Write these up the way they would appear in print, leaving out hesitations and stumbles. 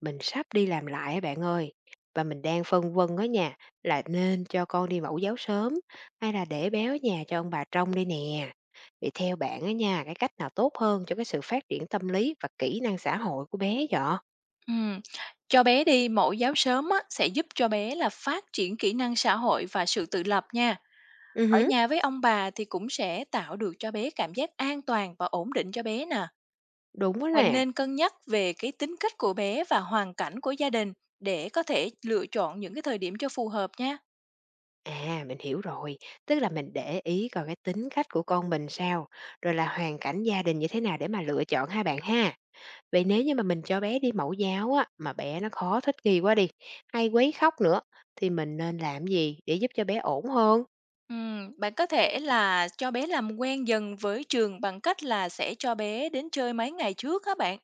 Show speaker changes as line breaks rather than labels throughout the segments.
Mình sắp đi làm lại á bạn ơi, và mình đang phân vân á nha, là nên cho con đi mẫu giáo sớm hay là để bé ở nhà cho ông bà trông đây nè. Vậy theo bạn ở nhà cái cách nào tốt hơn cho cái sự phát triển tâm lý và kỹ năng xã hội của bé vậy?
Ừm, cho bé đi mẫu giáo sớm á, sẽ giúp cho bé là phát triển kỹ năng xã hội và sự tự lập nha.
Ừ
Ở
hứ,
nhà với ông bà thì cũng sẽ tạo được cho bé cảm giác an toàn và ổn định cho bé nè.
đúng đó
Bạn
nè.
nên cân nhắc về cái tính cách của bé và hoàn cảnh của gia đình để có thể lựa chọn những cái thời điểm cho phù hợp nha.
À, mình hiểu rồi, tức là mình để ý coi cái tính cách của con mình sao, rồi là hoàn cảnh gia đình như thế nào để mà lựa chọn hai bạn ha. Vậy nếu như mà mình cho bé đi mẫu giáo á, mà bé nó khó thích nghi quá đi, hay quấy khóc nữa, thì mình nên làm gì để giúp cho bé ổn hơn?
Bạn có thể là cho bé làm quen dần với trường bằng cách là sẽ cho bé đến chơi mấy ngày trước các bạn.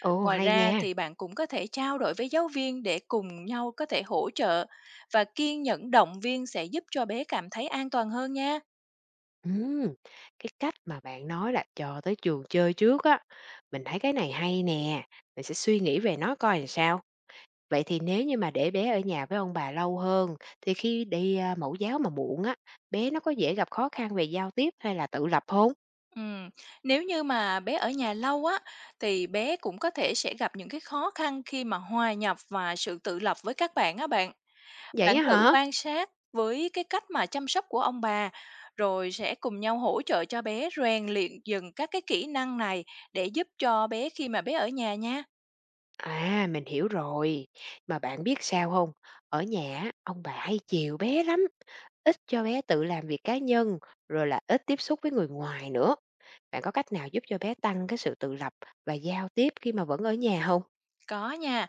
Ồ,
Ngoài
hay
ra
nha.
thì bạn cũng có thể trao đổi với giáo viên để cùng nhau có thể hỗ trợ, và kiên nhẫn động viên sẽ giúp cho bé cảm thấy an toàn hơn nha.
Ừm, cái cách mà bạn nói là cho tới trường chơi trước á, mình thấy cái này hay nè, mình sẽ suy nghĩ về nó coi làm sao. Vậy thì nếu như mà để bé ở nhà với ông bà lâu hơn, thì khi mẫu giáo mà muộn á, bé nó có dễ gặp khó khăn về giao tiếp hay là tự lập không?
Ừm, Nếu như mà bé ở nhà lâu á thì bé cũng có thể sẽ gặp những cái khó khăn khi mà hòa nhập và sự tự lập với các bạn á bạn.
Vậy
Bạn
á
thử
hả?
quan sát với cái cách mà chăm sóc của ông bà, rồi sẽ cùng nhau hỗ trợ cho bé rèn luyện dần các cái kỹ năng này để giúp cho bé khi mà bé ở nhà nha.
À, mình hiểu rồi. Mà bạn biết sao không? Ở nhà á, ông bà hay chiều bé lắm, ít cho bé tự làm việc cá nhân, rồi là ít tiếp xúc với người ngoài nữa. Bạn có cách nào giúp cho bé tăng cái sự tự lập và giao tiếp khi mà vẫn ở nhà không?
Có nha.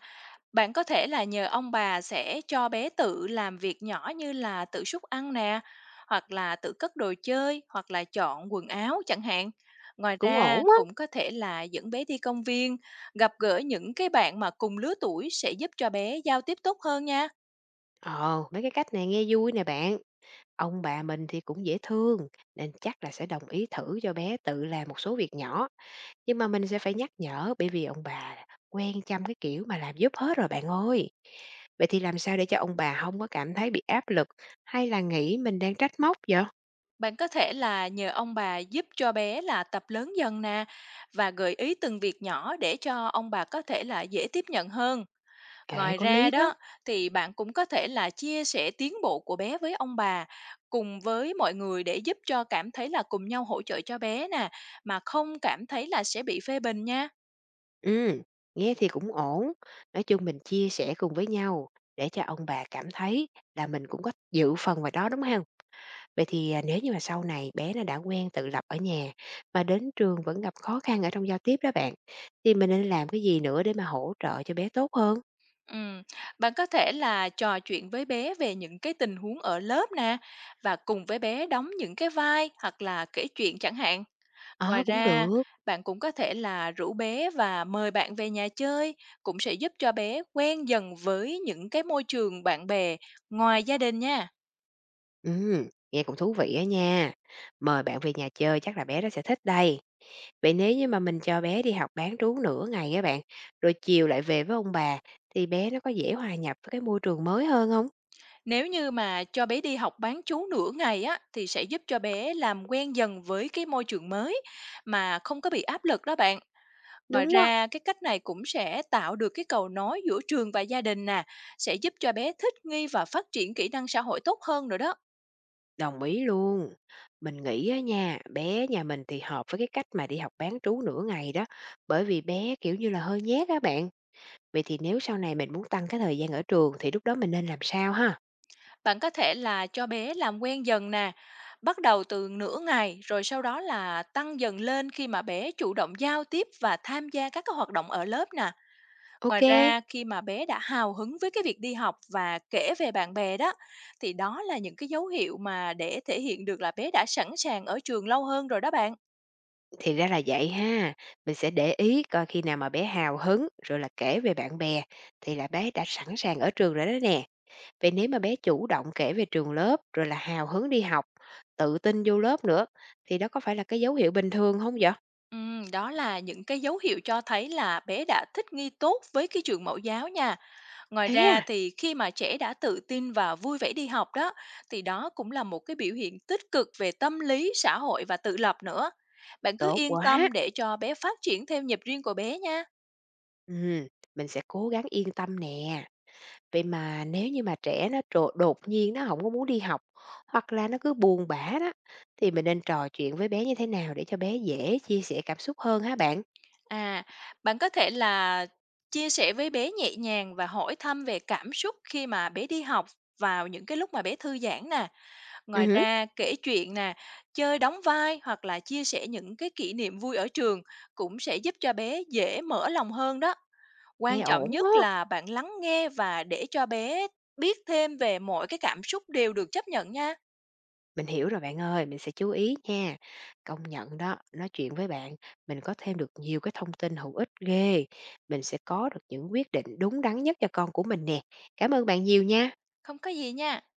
Bạn có thể là nhờ ông bà sẽ cho bé tự làm việc nhỏ như là tự xúc ăn nè, hoặc là tự cất đồ chơi, hoặc là chọn quần áo chẳng hạn. Ngoài
Cũng ổn
ra
á.
cũng có thể là dẫn bé đi công viên, gặp gỡ những cái bạn mà cùng lứa tuổi sẽ giúp cho bé giao tiếp tốt hơn nha.
Ờ, mấy cái cách này nghe vui nè bạn. Ông bà mình thì cũng dễ thương, nên chắc là sẽ đồng ý thử cho bé tự làm một số việc nhỏ, nhưng mà mình sẽ phải nhắc nhở bởi vì ông bà quen chăm cái kiểu mà làm giúp hết rồi bạn ơi. Vậy thì làm sao để cho ông bà không có cảm thấy bị áp lực, hay là nghĩ mình đang trách móc vậy?
Bạn có thể là nhờ ông bà giúp cho bé là tập lớn dần nè, và gợi ý từng việc nhỏ để cho ông bà có thể là dễ tiếp nhận hơn.
Kệ,
Ngoài
có
ra
lý đó.
đó, thì bạn cũng có thể là chia sẻ tiến bộ của bé với ông bà, cùng với mọi người để giúp cho cảm thấy là cùng nhau hỗ trợ cho bé nè, mà không cảm thấy là sẽ bị phê bình nha.
Ừm, Nghe thì cũng ổn. Nói chung mình chia sẻ cùng với nhau để cho ông bà cảm thấy là mình cũng có dự phần vào đó, đúng không? Vậy thì, à, nếu như mà sau này bé nó đã quen tự lập ở nhà, mà đến trường vẫn gặp khó khăn ở trong giao tiếp đó bạn, thì mình nên làm cái gì nữa để mà hỗ trợ cho bé tốt hơn?
Ừm, bạn có thể là trò chuyện với bé về những cái tình huống ở lớp nè, và cùng với bé đóng những cái vai hoặc là kể chuyện chẳng hạn. Ngoài
Ờ, cũng
ra,
được.
bạn cũng có thể là rủ bé và mời bạn về nhà chơi, cũng sẽ giúp cho bé quen dần với những cái môi trường bạn bè ngoài gia đình nha.
Ừm, Nghe cũng thú vị á nha. Mời bạn về nhà chơi chắc là bé nó sẽ thích đây. Vậy nếu như mà mình cho bé đi học bán trú nửa ngày các bạn, rồi chiều lại về với ông bà thì bé nó có dễ hòa nhập với cái môi trường mới hơn không?
Nếu như mà cho bé đi học bán trú nửa ngày á thì sẽ giúp cho bé làm quen dần với cái môi trường mới mà không có bị áp lực đó bạn. Ngoài
Đúng á.
ra cái cách này cũng sẽ tạo được cái cầu nối giữa trường và gia đình nè, sẽ giúp cho bé thích nghi và phát triển kỹ năng xã hội tốt hơn nữa đó.
Đồng ý luôn. Mình nghĩ á nha, bé nhà mình thì hợp với cái cách mà đi học bán trú nửa ngày đó, bởi vì bé, kiểu như là, hơi nhát các bạn. Vậy thì nếu sau này mình muốn tăng cái thời gian ở trường thì lúc đó mình nên làm sao ha?
Bạn có thể là cho bé làm quen dần nè, bắt đầu từ nửa ngày rồi sau đó là tăng dần lên khi mà bé chủ động giao tiếp và tham gia các cái hoạt động ở lớp nè.
Ok,
Ngoài ra khi mà bé đã hào hứng với cái việc đi học và kể về bạn bè đó, thì đó là những cái dấu hiệu mà để thể hiện được là bé đã sẵn sàng ở trường lâu hơn rồi đó bạn.
thì ra là vậy ha. Mình sẽ để ý coi khi nào mà bé hào hứng, rồi là kể về bạn bè thì là bé đã sẵn sàng ở trường rồi đó nè. Vậy nếu mà bé chủ động kể về trường lớp, rồi là hào hứng đi học, tự tin vô lớp nữa, thì đó có phải là cái dấu hiệu bình thường không vậy?
Đó là những cái dấu hiệu cho thấy là bé đã thích nghi tốt với cái trường mẫu giáo nha. Ngoài
Thế
ra
à?
thì khi mà trẻ đã tự tin và vui vẻ đi học đó, thì đó cũng là một cái biểu hiện tích cực về tâm lý, xã hội và tự lập nữa. Bạn cứ
Tốt
yên
quá!
tâm để cho bé phát triển theo nhịp riêng của bé nha.
Ừm, mình sẽ cố gắng yên tâm nè. Vậy mà nếu như mà trẻ nó trột đột nhiên nó không có muốn đi học, hoặc là nó cứ buồn bã đó, thì mình nên trò chuyện với bé như thế nào để cho bé dễ chia sẻ cảm xúc hơn hả bạn?
À, bạn có thể là chia sẻ với bé nhẹ nhàng và hỏi thăm về cảm xúc khi mà bé đi học vào những cái lúc mà bé thư giãn nè. Ngoài
Hứm,
ra kể chuyện nè, chơi đóng vai hoặc là chia sẻ những cái kỷ niệm vui ở trường cũng sẽ giúp cho bé dễ mở lòng hơn đó.
nghe
Quan trọng
ổn quá.
nhất là bạn lắng nghe và để cho bé biết thêm về mọi cái cảm xúc đều được chấp nhận nha.
Mình hiểu rồi bạn ơi, mình sẽ chú ý nha. Công nhận đó, nói chuyện với bạn, mình có thêm được nhiều cái thông tin hữu ích ghê. Mình sẽ có được những quyết định đúng đắn nhất cho con của mình nè. Cảm ơn bạn nhiều nha.
Không có gì nha.